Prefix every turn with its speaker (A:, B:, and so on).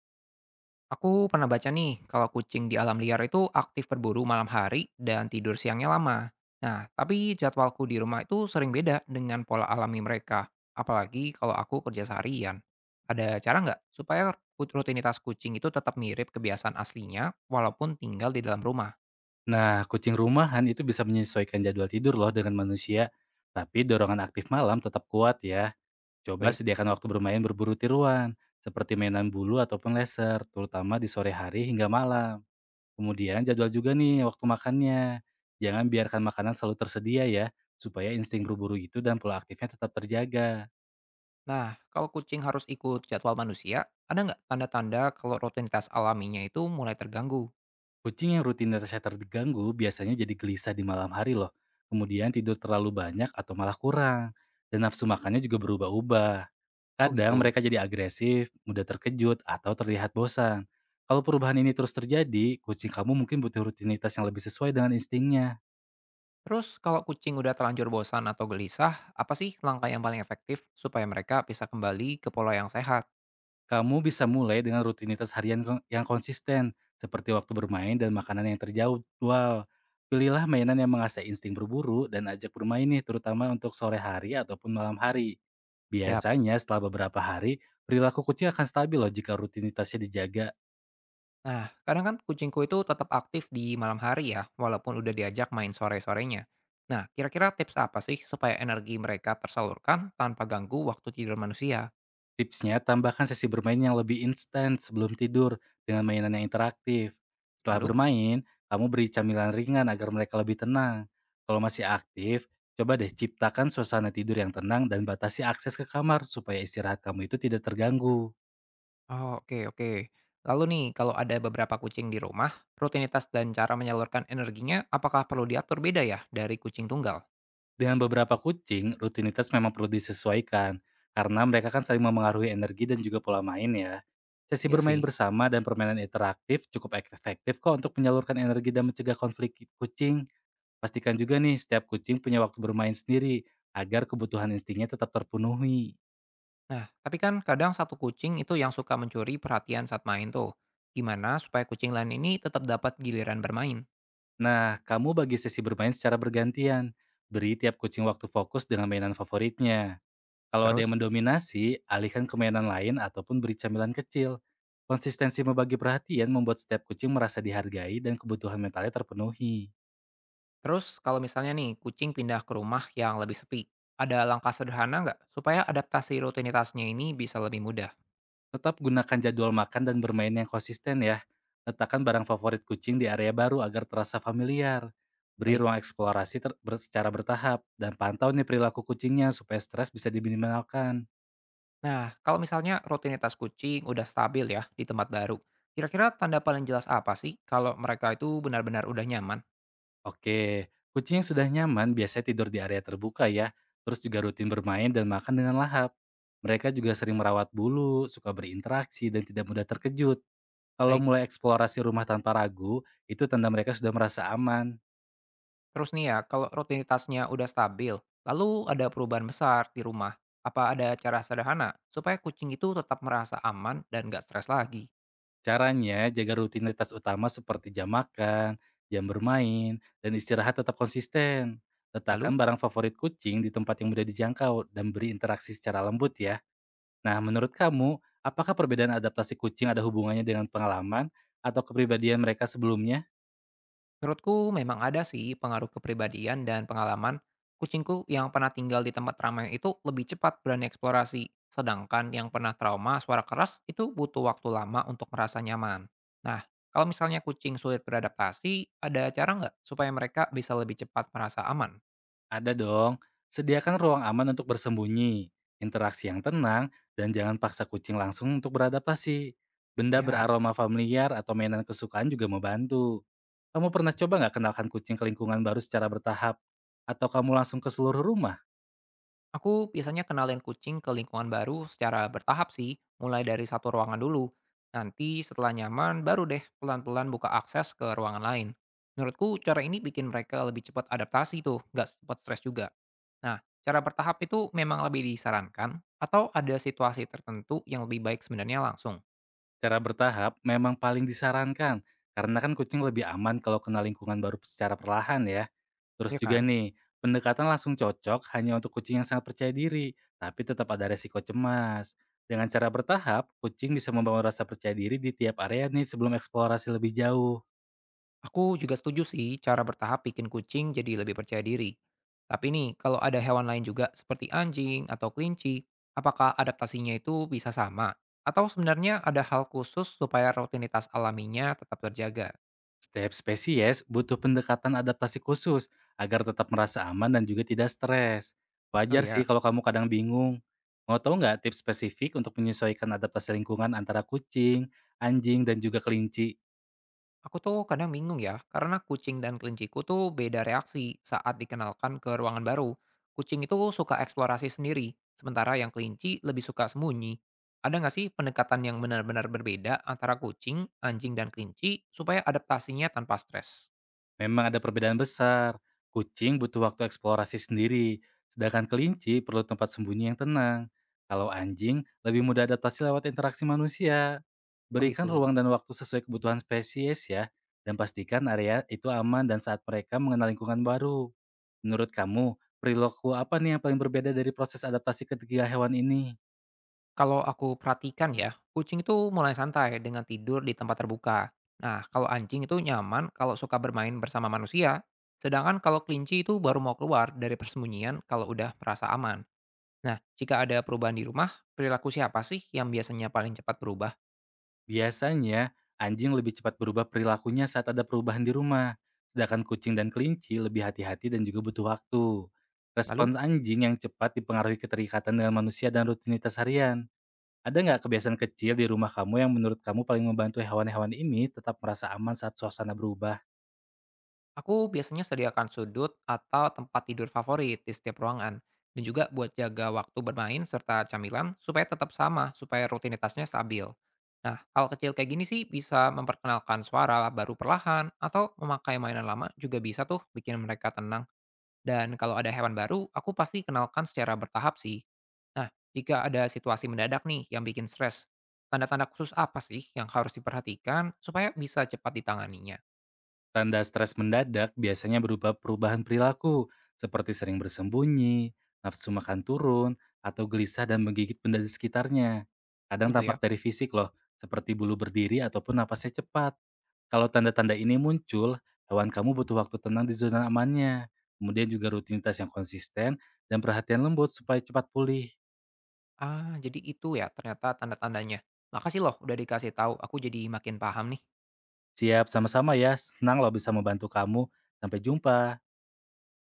A: Aku pernah baca nih, kalau kucing di alam liar itu aktif berburu malam hari dan tidur siangnya lama. Nah, tapi jadwalku di rumah itu sering beda dengan pola alami mereka. Apalagi kalau aku kerja seharian. Ada cara nggak supaya rutinitas kucing itu tetap mirip kebiasaan aslinya walaupun tinggal di dalam rumah?
B: Nah, kucing rumahan itu bisa menyesuaikan jadwal tidur loh dengan manusia, tapi dorongan aktif malam tetap kuat ya. Coba
A: Baik.
B: sediakan waktu bermain berburu tiruan, seperti mainan bulu ataupun laser, terutama di sore hari hingga malam. Kemudian jadwal juga nih waktu makannya. Jangan biarkan makanan selalu tersedia ya, supaya insting berburu itu dan pola aktifnya tetap terjaga.
A: Nah, kalau kucing harus ikut jadwal manusia, ada nggak tanda-tanda kalau rutinitas alaminya itu mulai terganggu?
B: Kucing yang rutinitasnya terganggu biasanya jadi gelisah di malam hari loh. Kemudian tidur terlalu banyak atau malah kurang. Dan nafsu makannya juga berubah-ubah.
A: Oh
B: Kadang
A: gitu.
B: mereka jadi agresif, mudah terkejut, atau terlihat bosan. Kalau perubahan ini terus terjadi, kucing kamu mungkin butuh rutinitas yang lebih sesuai dengan instingnya.
A: Terus kalau kucing udah terlanjur bosan atau gelisah, apa sih langkah yang paling efektif supaya mereka bisa kembali ke pola yang sehat?
B: Kamu bisa mulai dengan rutinitas harian yang konsisten, seperti waktu bermain dan makanan yang terjauh dual. Pilihlah mainan yang mengasah insting berburu dan ajak bermain nih, terutama untuk sore hari ataupun malam hari.
A: Yap.
B: Biasanya setelah beberapa hari, perilaku kucing akan stabil loh jika rutinitasnya dijaga.
A: Nah, kadang kan kucingku itu tetap aktif di malam hari ya, walaupun udah diajak main sore-sorenya. Nah, kira-kira tips apa sih supaya energi mereka tersalurkan tanpa ganggu waktu tidur manusia?
B: Tipsnya, tambahkan sesi bermain yang lebih instan sebelum tidur dengan mainan yang interaktif. Setelah
A: Lalu?
B: bermain, kamu beri camilan ringan agar mereka lebih tenang. Kalau masih aktif, coba deh ciptakan suasana tidur yang tenang dan batasi akses ke kamar supaya istirahat kamu itu tidak terganggu.
A: Oh, oke, oke. Lalu nih, kalau ada beberapa kucing di rumah, rutinitas dan cara menyalurkan energinya apakah perlu diatur beda ya dari kucing tunggal?
B: Dengan beberapa kucing, rutinitas memang perlu disesuaikan karena mereka kan saling memengaruhi energi dan juga pola main ya. Sesi
A: Iya
B: bermain
A: sih.
B: bersama dan permainan interaktif cukup efektif kok untuk menyalurkan energi dan mencegah konflik kucing. Pastikan juga nih setiap kucing punya waktu bermain sendiri agar kebutuhan instingnya tetap terpenuhi.
A: Nah, tapi kan kadang satu kucing itu yang suka mencuri perhatian saat main tuh. Gimana supaya kucing lain ini tetap dapat giliran bermain?
B: Nah, kamu bagi sesi bermain secara bergantian. Beri tiap kucing waktu fokus dengan mainan favoritnya. Kalau ada yang
A: Terus?
B: mendominasi, alihkan ke mainan lain ataupun beri camilan kecil. Konsistensi membagi perhatian membuat setiap kucing merasa dihargai dan kebutuhan mentalnya terpenuhi.
A: Terus kalau misalnya nih kucing pindah ke rumah yang lebih sepi, ada langkah sederhana nggak supaya adaptasi rutinitasnya ini bisa lebih mudah?
B: Tetap gunakan jadwal makan dan bermain yang konsisten ya. Letakkan barang favorit kucing di area baru agar terasa familiar. Beri
A: Baik.
B: ruang eksplorasi secara bertahap dan pantau nih perilaku kucingnya supaya stres bisa diminimalkan.
A: Nah, kalau misalnya rutinitas kucing udah stabil ya di tempat baru, kira-kira tanda paling jelas apa sih kalau mereka itu benar-benar udah nyaman?
B: Oke, kucing yang sudah nyaman biasanya tidur di area terbuka ya, terus juga rutin bermain dan makan dengan lahap. Mereka juga sering merawat bulu, suka berinteraksi dan tidak mudah terkejut. Kalau
A: Baik.
B: mulai eksplorasi rumah tanpa ragu, itu tanda mereka sudah merasa aman.
A: Terus nih ya, kalau rutinitasnya udah stabil, lalu ada perubahan besar di rumah, apa ada cara sederhana supaya kucing itu tetap merasa aman dan nggak stres lagi?
B: Caranya, jaga rutinitas utama seperti jam makan, jam bermain, dan istirahat tetap konsisten.
A: Lalu,
B: Letakkan barang favorit kucing di tempat yang mudah dijangkau dan beri interaksi secara lembut ya. Nah, menurut kamu, apakah perbedaan adaptasi kucing ada hubungannya dengan pengalaman atau kepribadian mereka sebelumnya?
A: menurutku memang ada sih pengaruh kepribadian dan pengalaman. Kucingku yang pernah tinggal di tempat ramai itu lebih cepat berani eksplorasi, sedangkan yang pernah trauma suara keras itu butuh waktu lama untuk merasa nyaman. Nah, kalau misalnya kucing sulit beradaptasi, ada cara nggak supaya mereka bisa lebih cepat merasa aman?
B: Ada dong. Sediakan ruang aman untuk bersembunyi, interaksi yang tenang, dan jangan paksa kucing langsung untuk beradaptasi. Benda
A: Ya.
B: beraroma familiar atau mainan kesukaan juga membantu. Kamu pernah coba nggak kenalkan kucing ke lingkungan baru secara bertahap? Atau kamu langsung ke seluruh rumah?
A: Aku biasanya kenalin kucing ke lingkungan baru secara bertahap sih, mulai dari satu ruangan dulu. Nanti setelah nyaman, baru deh pelan-pelan buka akses ke ruangan lain. Menurutku, cara ini bikin mereka lebih cepat adaptasi tuh, nggak cepat stres juga. Nah, cara bertahap itu memang lebih disarankan, atau ada situasi tertentu yang lebih baik sebenarnya langsung,
B: Cara bertahap memang paling disarankan, karena kan kucing lebih aman kalau kena lingkungan baru secara perlahan ya. Terus
A: ya
B: juga
A: kan?
B: nih, pendekatan langsung cocok hanya untuk kucing yang sangat percaya diri, tapi tetap ada resiko cemas. Dengan cara bertahap, kucing bisa membangun rasa percaya diri di tiap area nih sebelum eksplorasi lebih jauh.
A: Aku juga setuju sih cara bertahap bikin kucing jadi lebih percaya diri. Tapi nih, kalau ada hewan lain juga seperti anjing atau kelinci, apakah adaptasinya itu bisa sama? Atau sebenarnya ada hal khusus supaya rutinitas alaminya tetap terjaga?
B: Setiap spesies butuh pendekatan adaptasi khusus agar tetap merasa aman dan juga tidak stres.
A: Oh
B: Wajar sih
A: ya.
B: kalau kamu kadang bingung. Mau tahu nggak tips spesifik untuk menyesuaikan adaptasi lingkungan antara kucing, anjing, dan juga kelinci?
A: Aku tuh kadang bingung ya, karena kucing dan kelinciku tuh beda reaksi saat dikenalkan ke ruangan baru. Kucing itu suka eksplorasi sendiri, sementara yang kelinci lebih suka sembunyi. Ada nggak sih pendekatan yang benar-benar berbeda antara kucing, anjing, dan kelinci supaya adaptasinya tanpa stres?
B: Memang ada perbedaan besar. Kucing butuh waktu eksplorasi sendiri, sedangkan kelinci perlu tempat sembunyi yang tenang. Kalau anjing, lebih mudah adaptasi lewat interaksi manusia.
A: Oh
B: Berikan
A: gitu.
B: ruang dan waktu sesuai kebutuhan spesies ya, dan pastikan area itu aman dan saat mereka mengenal lingkungan baru. Menurut kamu, perilaku apa nih yang paling berbeda dari proses adaptasi ketiga hewan ini?
A: Kalau aku perhatikan ya, kucing itu mulai santai dengan tidur di tempat terbuka. Nah, kalau anjing itu nyaman kalau suka bermain bersama manusia, sedangkan kalau kelinci itu baru mau keluar dari persembunyian kalau udah merasa aman. Nah, jika ada perubahan di rumah, perilaku siapa sih yang biasanya paling cepat berubah?
B: Biasanya, anjing lebih cepat berubah perilakunya saat ada perubahan di rumah, sedangkan kucing dan kelinci lebih hati-hati dan juga butuh waktu.
A: Lalu,
B: Respons anjing yang cepat dipengaruhi keterikatan dengan manusia dan rutinitas harian. Ada nggak kebiasaan kecil di rumah kamu yang menurut kamu paling membantu hewan-hewan ini tetap merasa aman saat suasana berubah?
A: aku biasanya sediakan sudut atau tempat tidur favorit di setiap ruangan, dan juga buat jaga waktu bermain serta camilan supaya tetap sama, supaya rutinitasnya stabil. Nah, hal kecil kayak gini sih bisa memperkenalkan suara baru perlahan, atau memakai mainan lama juga bisa tuh bikin mereka tenang. Dan kalau ada hewan baru, aku pasti kenalkan secara bertahap sih. Nah, jika ada situasi mendadak nih yang bikin stres, tanda-tanda khusus apa sih yang harus diperhatikan supaya bisa cepat ditanganinya?
B: Tanda stres mendadak biasanya berupa perubahan perilaku, seperti sering bersembunyi, nafsu makan turun, atau gelisah dan menggigit benda di sekitarnya. Kadang
A: Gitu ya.
B: tampak dari fisik loh, seperti bulu berdiri ataupun napasnya cepat. Kalau tanda-tanda ini muncul, hewan kamu butuh waktu tenang di zona amannya. Kemudian juga rutinitas yang konsisten dan perhatian lembut supaya cepat pulih.
A: Ah, jadi itu ya ternyata tanda-tandanya. Makasih loh udah dikasih tahu, aku jadi makin paham nih.
B: Siap sama-sama ya, senang loh bisa membantu kamu. Sampai jumpa.